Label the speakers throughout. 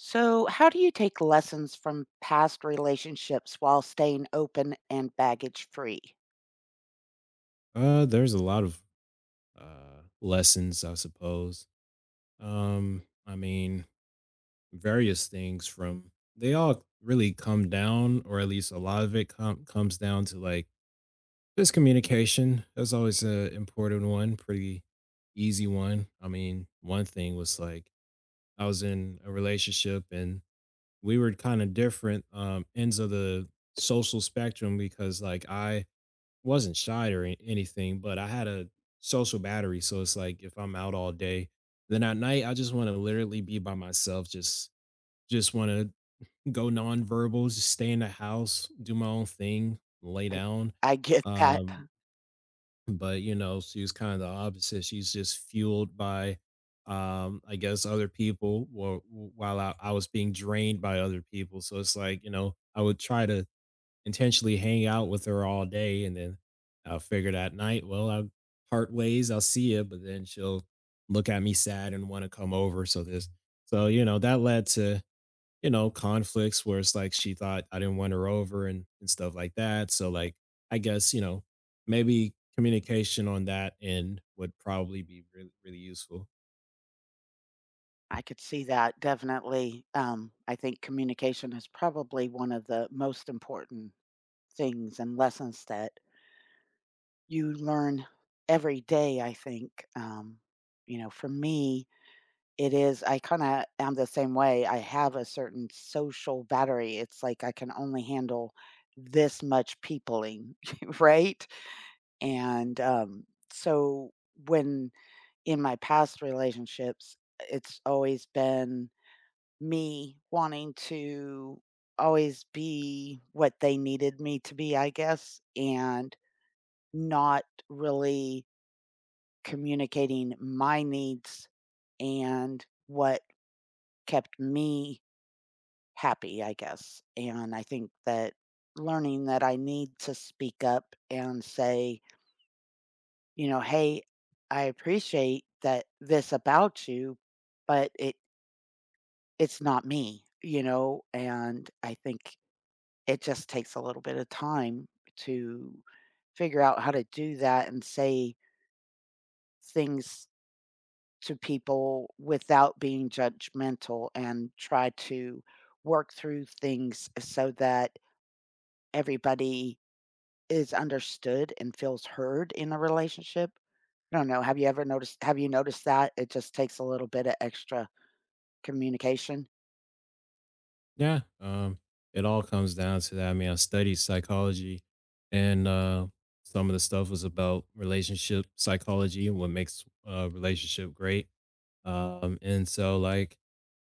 Speaker 1: So, how do you take lessons from past relationships while staying open and baggage free?
Speaker 2: There's a lot of lessons, I suppose. I mean, various things from they all really come down, or at least a lot of it comes down to like just communication. That's always an important one, pretty easy one. I mean, one thing was like I was in a relationship and we were kind of different ends of the social spectrum because like I wasn't shy or anything, but I had a social battery. So it's like if I'm out all day, then at night I just want to literally be by myself. Just want to go nonverbal, just stay in the house, do my own thing, lay
Speaker 1: I,
Speaker 2: down.
Speaker 1: I get that.
Speaker 2: Um, but you know, she was kind of the opposite. She's just fueled by I guess other people, or while I was being drained by other people. So it's like, you know, I would try to intentionally hang out with her all day and then I'll figure that night, well, I'll part ways, I'll see you, but then she'll look at me sad and want to come over. So, you know, that led to, you know, conflicts where it's like she thought I didn't want her over and stuff like that. So like I guess, you know, maybe communication on that end would probably be really, really useful.
Speaker 1: I could see that definitely. I think communication is probably one of the most important things and lessons that you learn every day. I think, for me, it is, I kind of am the same way. I have a certain social battery. It's like I can only handle this much peopling, right? And, so when in my past relationships, it's always been me wanting to always be what they needed me to be, I guess, and not really communicating my needs and what kept me happy, I guess. And I think that learning that I need to speak up and say, you know, "Hey, I appreciate that this about you, but it's not me," you know, and I think it just takes a little bit of time to figure out how to do that and say things to people without being judgmental and try to work through things so that everybody is understood and feels heard in a relationship. I don't know, have you noticed that? It just takes a little bit of extra communication?
Speaker 2: Yeah, it all comes down to that. I mean, I studied psychology, and some of the stuff was about relationship psychology and what makes a relationship great. And so, like,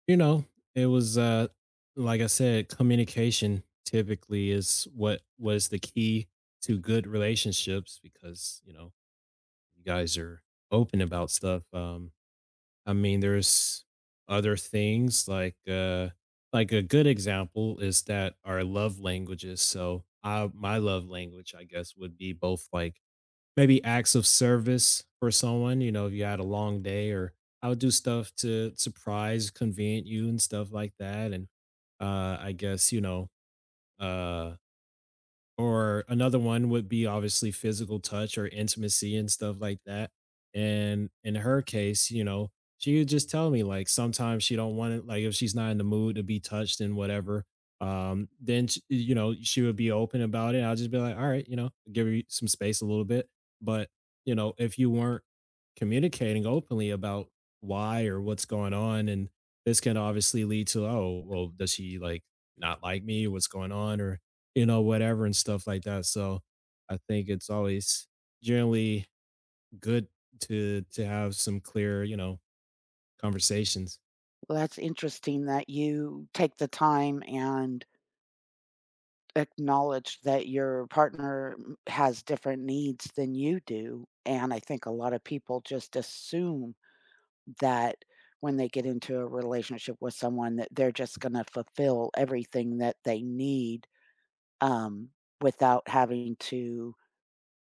Speaker 2: you know, it was like I said, communication typically is what was the key to good relationships because you know you guys are open about stuff. I mean, there's other things like a good example is that our love languages. So I my love language, I guess, would be both like maybe acts of service for someone, you know, if you had a long day, or I would do stuff to surprise, convenient you and stuff like that. And I guess, you know, uh or another one would be obviously physical touch or intimacy and stuff like that. And in her case, you know, she would just tell me like sometimes she don't want it, like if she's not in the mood to be touched and whatever, then you know she would be open about it. I'll just be like, all right, you know, give you some space a little bit. But you know, if you weren't communicating openly about why or what's going on, and this can obviously lead to, oh, well, does she like not like me? What's going on? Or you know, whatever and stuff like that. So I think it's always generally good to have some clear, you know, conversations.
Speaker 1: Well, that's interesting that you take the time and acknowledge that your partner m has different needs than you do, and I think a lot of people just assume that when they get into a relationship with someone that they're just gonna fulfill everything that they need, um, without having to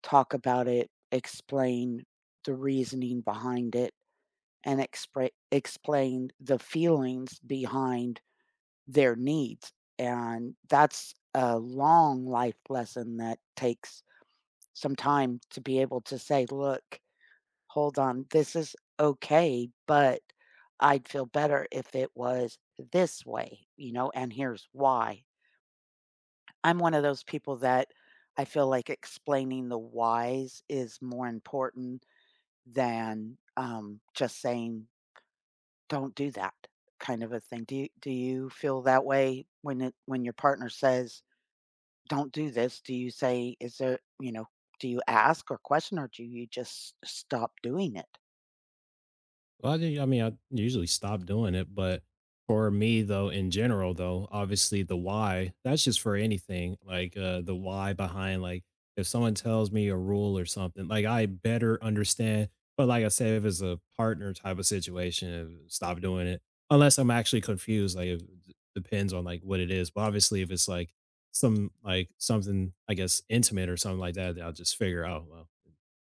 Speaker 1: talk about it, explain the reasoning behind it, and expra explain the feelings behind their needs, and that's a long life lesson that takes some time to be able to say, "Look, hold on, this is okay, but I'd feel better if it was this way, you know, and here's why." I'm one of those people that I feel like explaining the whys is more important than, just saying, "Don't do that," kind of a thing. Do you feel that way when your partner says, "Don't do this," do you say, "Is there" you know, do you ask or question, or do you just stop doing it?
Speaker 2: Well, I mean, I usually stop doing it, but for me though, in general though, obviously the why, that's just for anything. Like the why behind like if someone tells me a rule or something, like I better understand. But like I said, if it's a partner type of situation, stop doing it. Unless I'm actually confused, like it depends on like what it is. But obviously if it's like some like something I guess intimate or something like that, then I'll just figure out well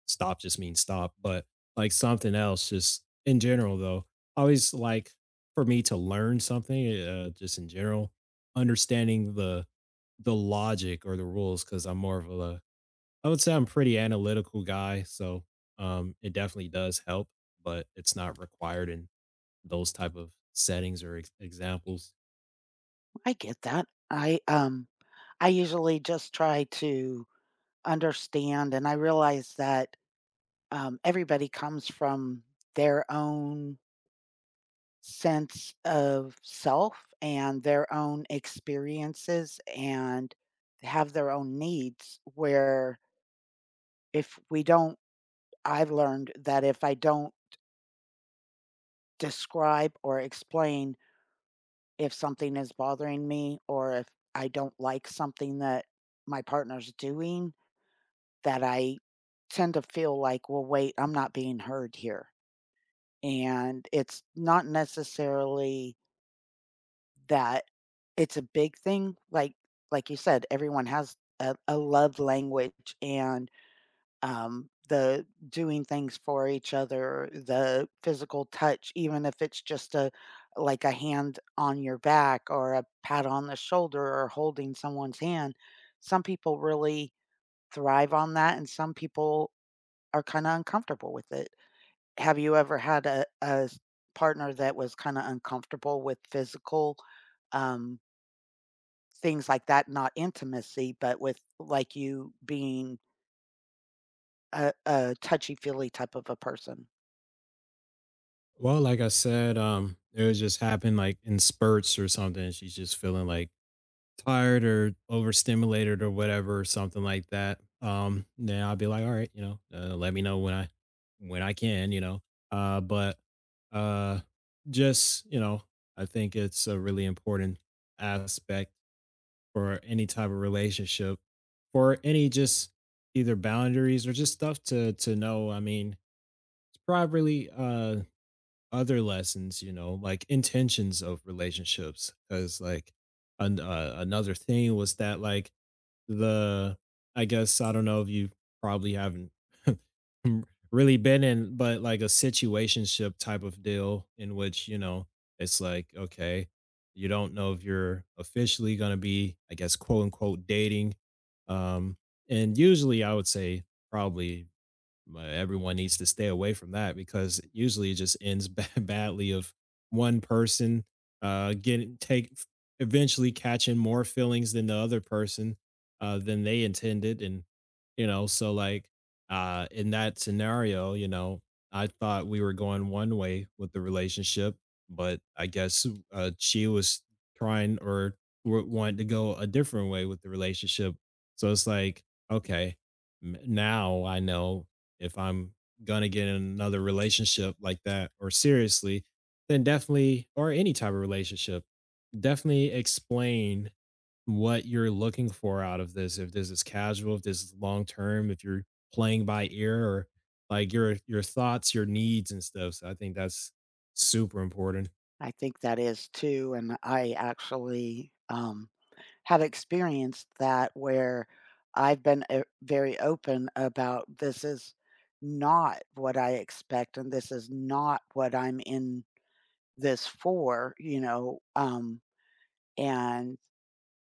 Speaker 2: stop just means stop. But like something else just in general though I always like for me to learn something just in general understanding the logic or the rules, because I'm more of a I would say I'm pretty analytical guy. So it definitely does help, but it's not required in those type of settings or examples.
Speaker 1: I get that. I usually just try to understand, and I realize that, everybody comes from their own sense of self and their own experiences and have their own needs. Where if we don't, I've learned that if I don't describe or explain if something is bothering me or if I don't like something that my partner's doing, that I tend to feel like, well, wait, I'm not being heard here. And it's not necessarily That it's a big thing, like you said, everyone has a love language and, the doing things for each other, the physical touch, even if it's just a like a hand on your back or a pat on the shoulder or holding someone's hand. Some people really thrive on that, and some people are kinda uncomfortable with it. Have you ever had a s partner that was kinda uncomfortable with physical, um Things like that, not intimacy, but with, like, you being a touchy-feely type of a person?
Speaker 2: Well, like I said, it was just happened like in spurts or something. She's just feeling like tired or overstimulated or whatever or something like that. Then I'll be like, all right, you know, let me know when I can, you know. But uh, just you know, I think it's a really important aspect for any type of relationship, for any just either boundaries or just stuff to know. I mean, it's probably other lessons, you know, like intentions of relationships, because like another thing was that like the I guess I don't know if you probably haven't really been in, but like a situationship type of deal in which, you know, it's like, okay, you don't know if you're officially gonna be, I guess, quote unquote dating. Um, and usually I would say probably but everyone needs to stay away from that because usually it just ends badly of one person getting take eventually catching more feelings than the other person than they intended. And you know, so like in that scenario, you know, I thought we were going one way with the relationship, but I guess she was trying or wanted to go a different way with the relationship. So it's like, okay, now I know if I'm gonna get in another relationship like that or seriously, then definitely, or any type of relationship, definitely explain what you're looking for out of this. If this is casual, if this is long term, if you're playing by ear, or like your thoughts, your needs and stuff. So I think that's super important.
Speaker 1: I think that is too, and I actually, have experienced that where I've been, very open about this is not what I expect, and this is not what I'm in this for, you know, and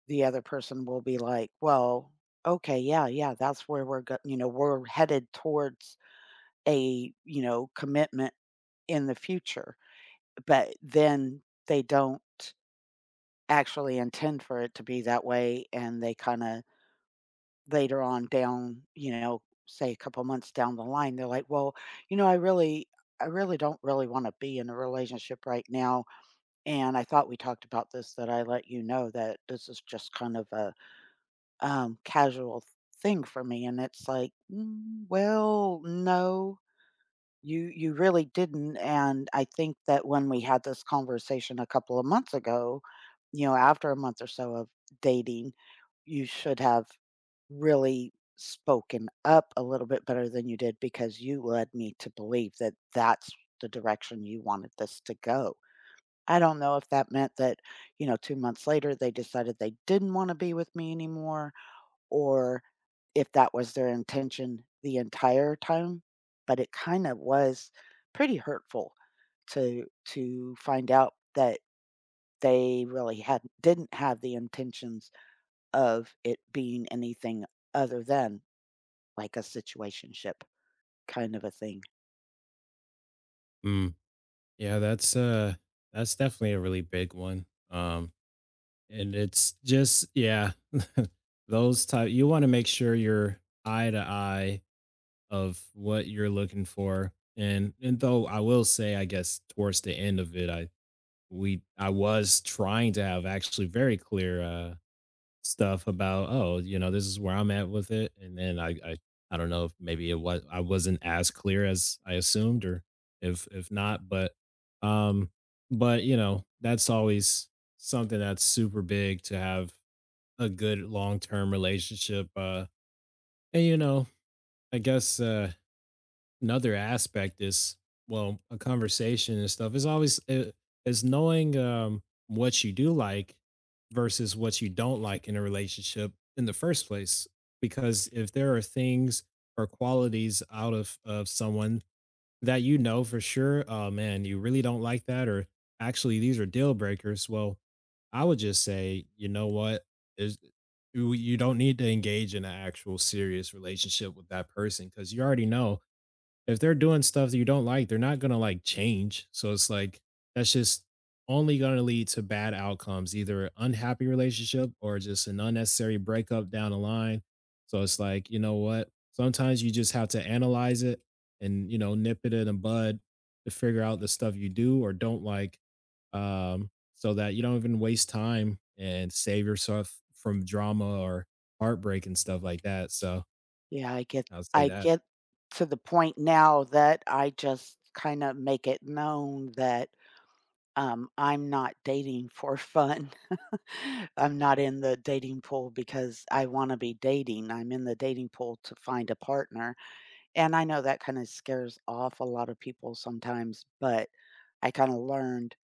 Speaker 1: the other person will be like, "Well, okay, yeah, yeah, that's where we're go" you know, "We're headed towards" a, you know, commitment in the future, but then they don't actually intend for it to be that way, and they kinda later on down, you know, say a couple months down the line, they're like, "Well, you know, I really don't really wanna be in a relationship right now, and I thought we talked about this, that I let you know that this is just kind of a, casual thing for me," and it's like, "Mm, well, no." You really didn't, and I think that when we had this conversation a couple of months ago, you know, after a month or so of dating, you should have really spoken up a little bit better than you did because you led me to believe that that's the direction you wanted this to go. I don't know if that meant that, you know, 2 months later, they decided they didn't wanna be with me anymore or if that was their intention the entire time, but it kinda was pretty hurtful to find out that they really had didn't have the intentions of it being anything other than, like, a situationship kind of a thing.
Speaker 2: Mm. Yeah, that's definitely a really big one. And it's just, yeah, those type you want to make sure you're eye to eye of what you're looking for. And though I will say I guess towards the end of it I was trying to have actually very clear stuff about, oh, you know, this is where I'm at with it. And then I don't know if maybe it was I wasn't as clear as I assumed or if not, but um but you know that's always something that's super big to have a good long-term relationship. And you know, I guess another aspect is well, a conversation and stuff is always is knowing what you do like versus what you don't like in a relationship in the first place. Because if there are things or qualities out of someone that you know for sure, oh man, you really don't like that, or actually these are deal breakers. Well, I would just say, you know what, is you don't need to engage in an actual serious relationship with that person, because you already know if they're doing stuff that you don't like, they're not gonna like change. So it's like that's just only gonna lead to bad outcomes, either unhappy relationship or just an unnecessary breakup down the line. So it's like, you know what? Sometimes you just have to analyze it and you know, nip it in the bud to figure out the stuff you do or don't like. So that you don't even waste time and save yourself from drama or heartbreak and stuff like that. So
Speaker 1: Yeah,
Speaker 2: I'll say
Speaker 1: I
Speaker 2: that.
Speaker 1: get to the point now that I just kinda make it known that, I'm not dating for fun. I'm not in the dating pool because I wanna be dating, I'm in the dating pool to find a partner, and I know that kinda scares off a lot of people sometimes, but I kinda learned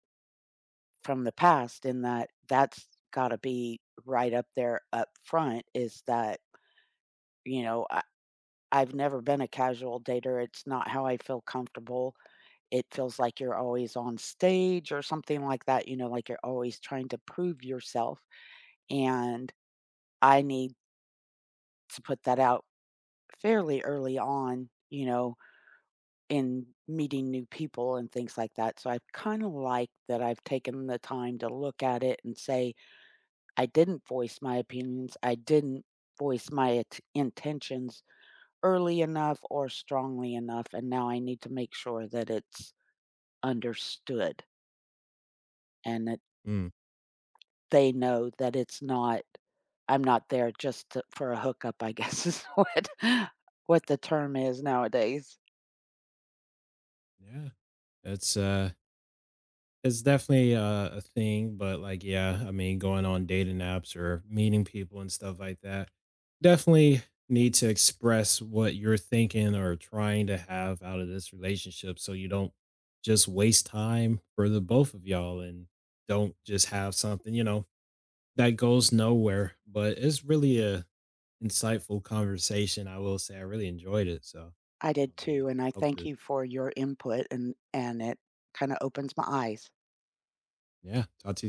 Speaker 1: from the past in that that's gotta be right up there up front is that, you know, I've never been a casual dater, it's not how I feel comfortable. It feels like you're always on stage or something like that, you know, like you're always trying to prove yourself, and I need to put that out fairly early on, you know, in meeting new people and things like that. So I kind of like that I've taken the time to look at it and say, I didn't voice my opinions. I didn't voice my intentions early enough or strongly enough. And now I need to make sure that it's understood and that
Speaker 2: Mm,
Speaker 1: they know that it's not, I'm not there just to, for a hookup, I guess what the term is nowadays.
Speaker 2: yeah. It's it's definitely a thing, but like, yeah, I mean, going on dating apps or meeting people and stuff like that, definitely need to express what you're thinking or trying to have out of this relationship so you don't just waste time for the both of y'all and don't just have something, you know, that goes nowhere. But it's really a insightful conversation. I will say I really enjoyed it. So,
Speaker 1: I
Speaker 2: I
Speaker 1: did too,
Speaker 2: mean,
Speaker 1: and I
Speaker 2: hope
Speaker 1: thank
Speaker 2: to,
Speaker 1: you for your input and it kinda opens my eyes.
Speaker 2: yeah, talk to you.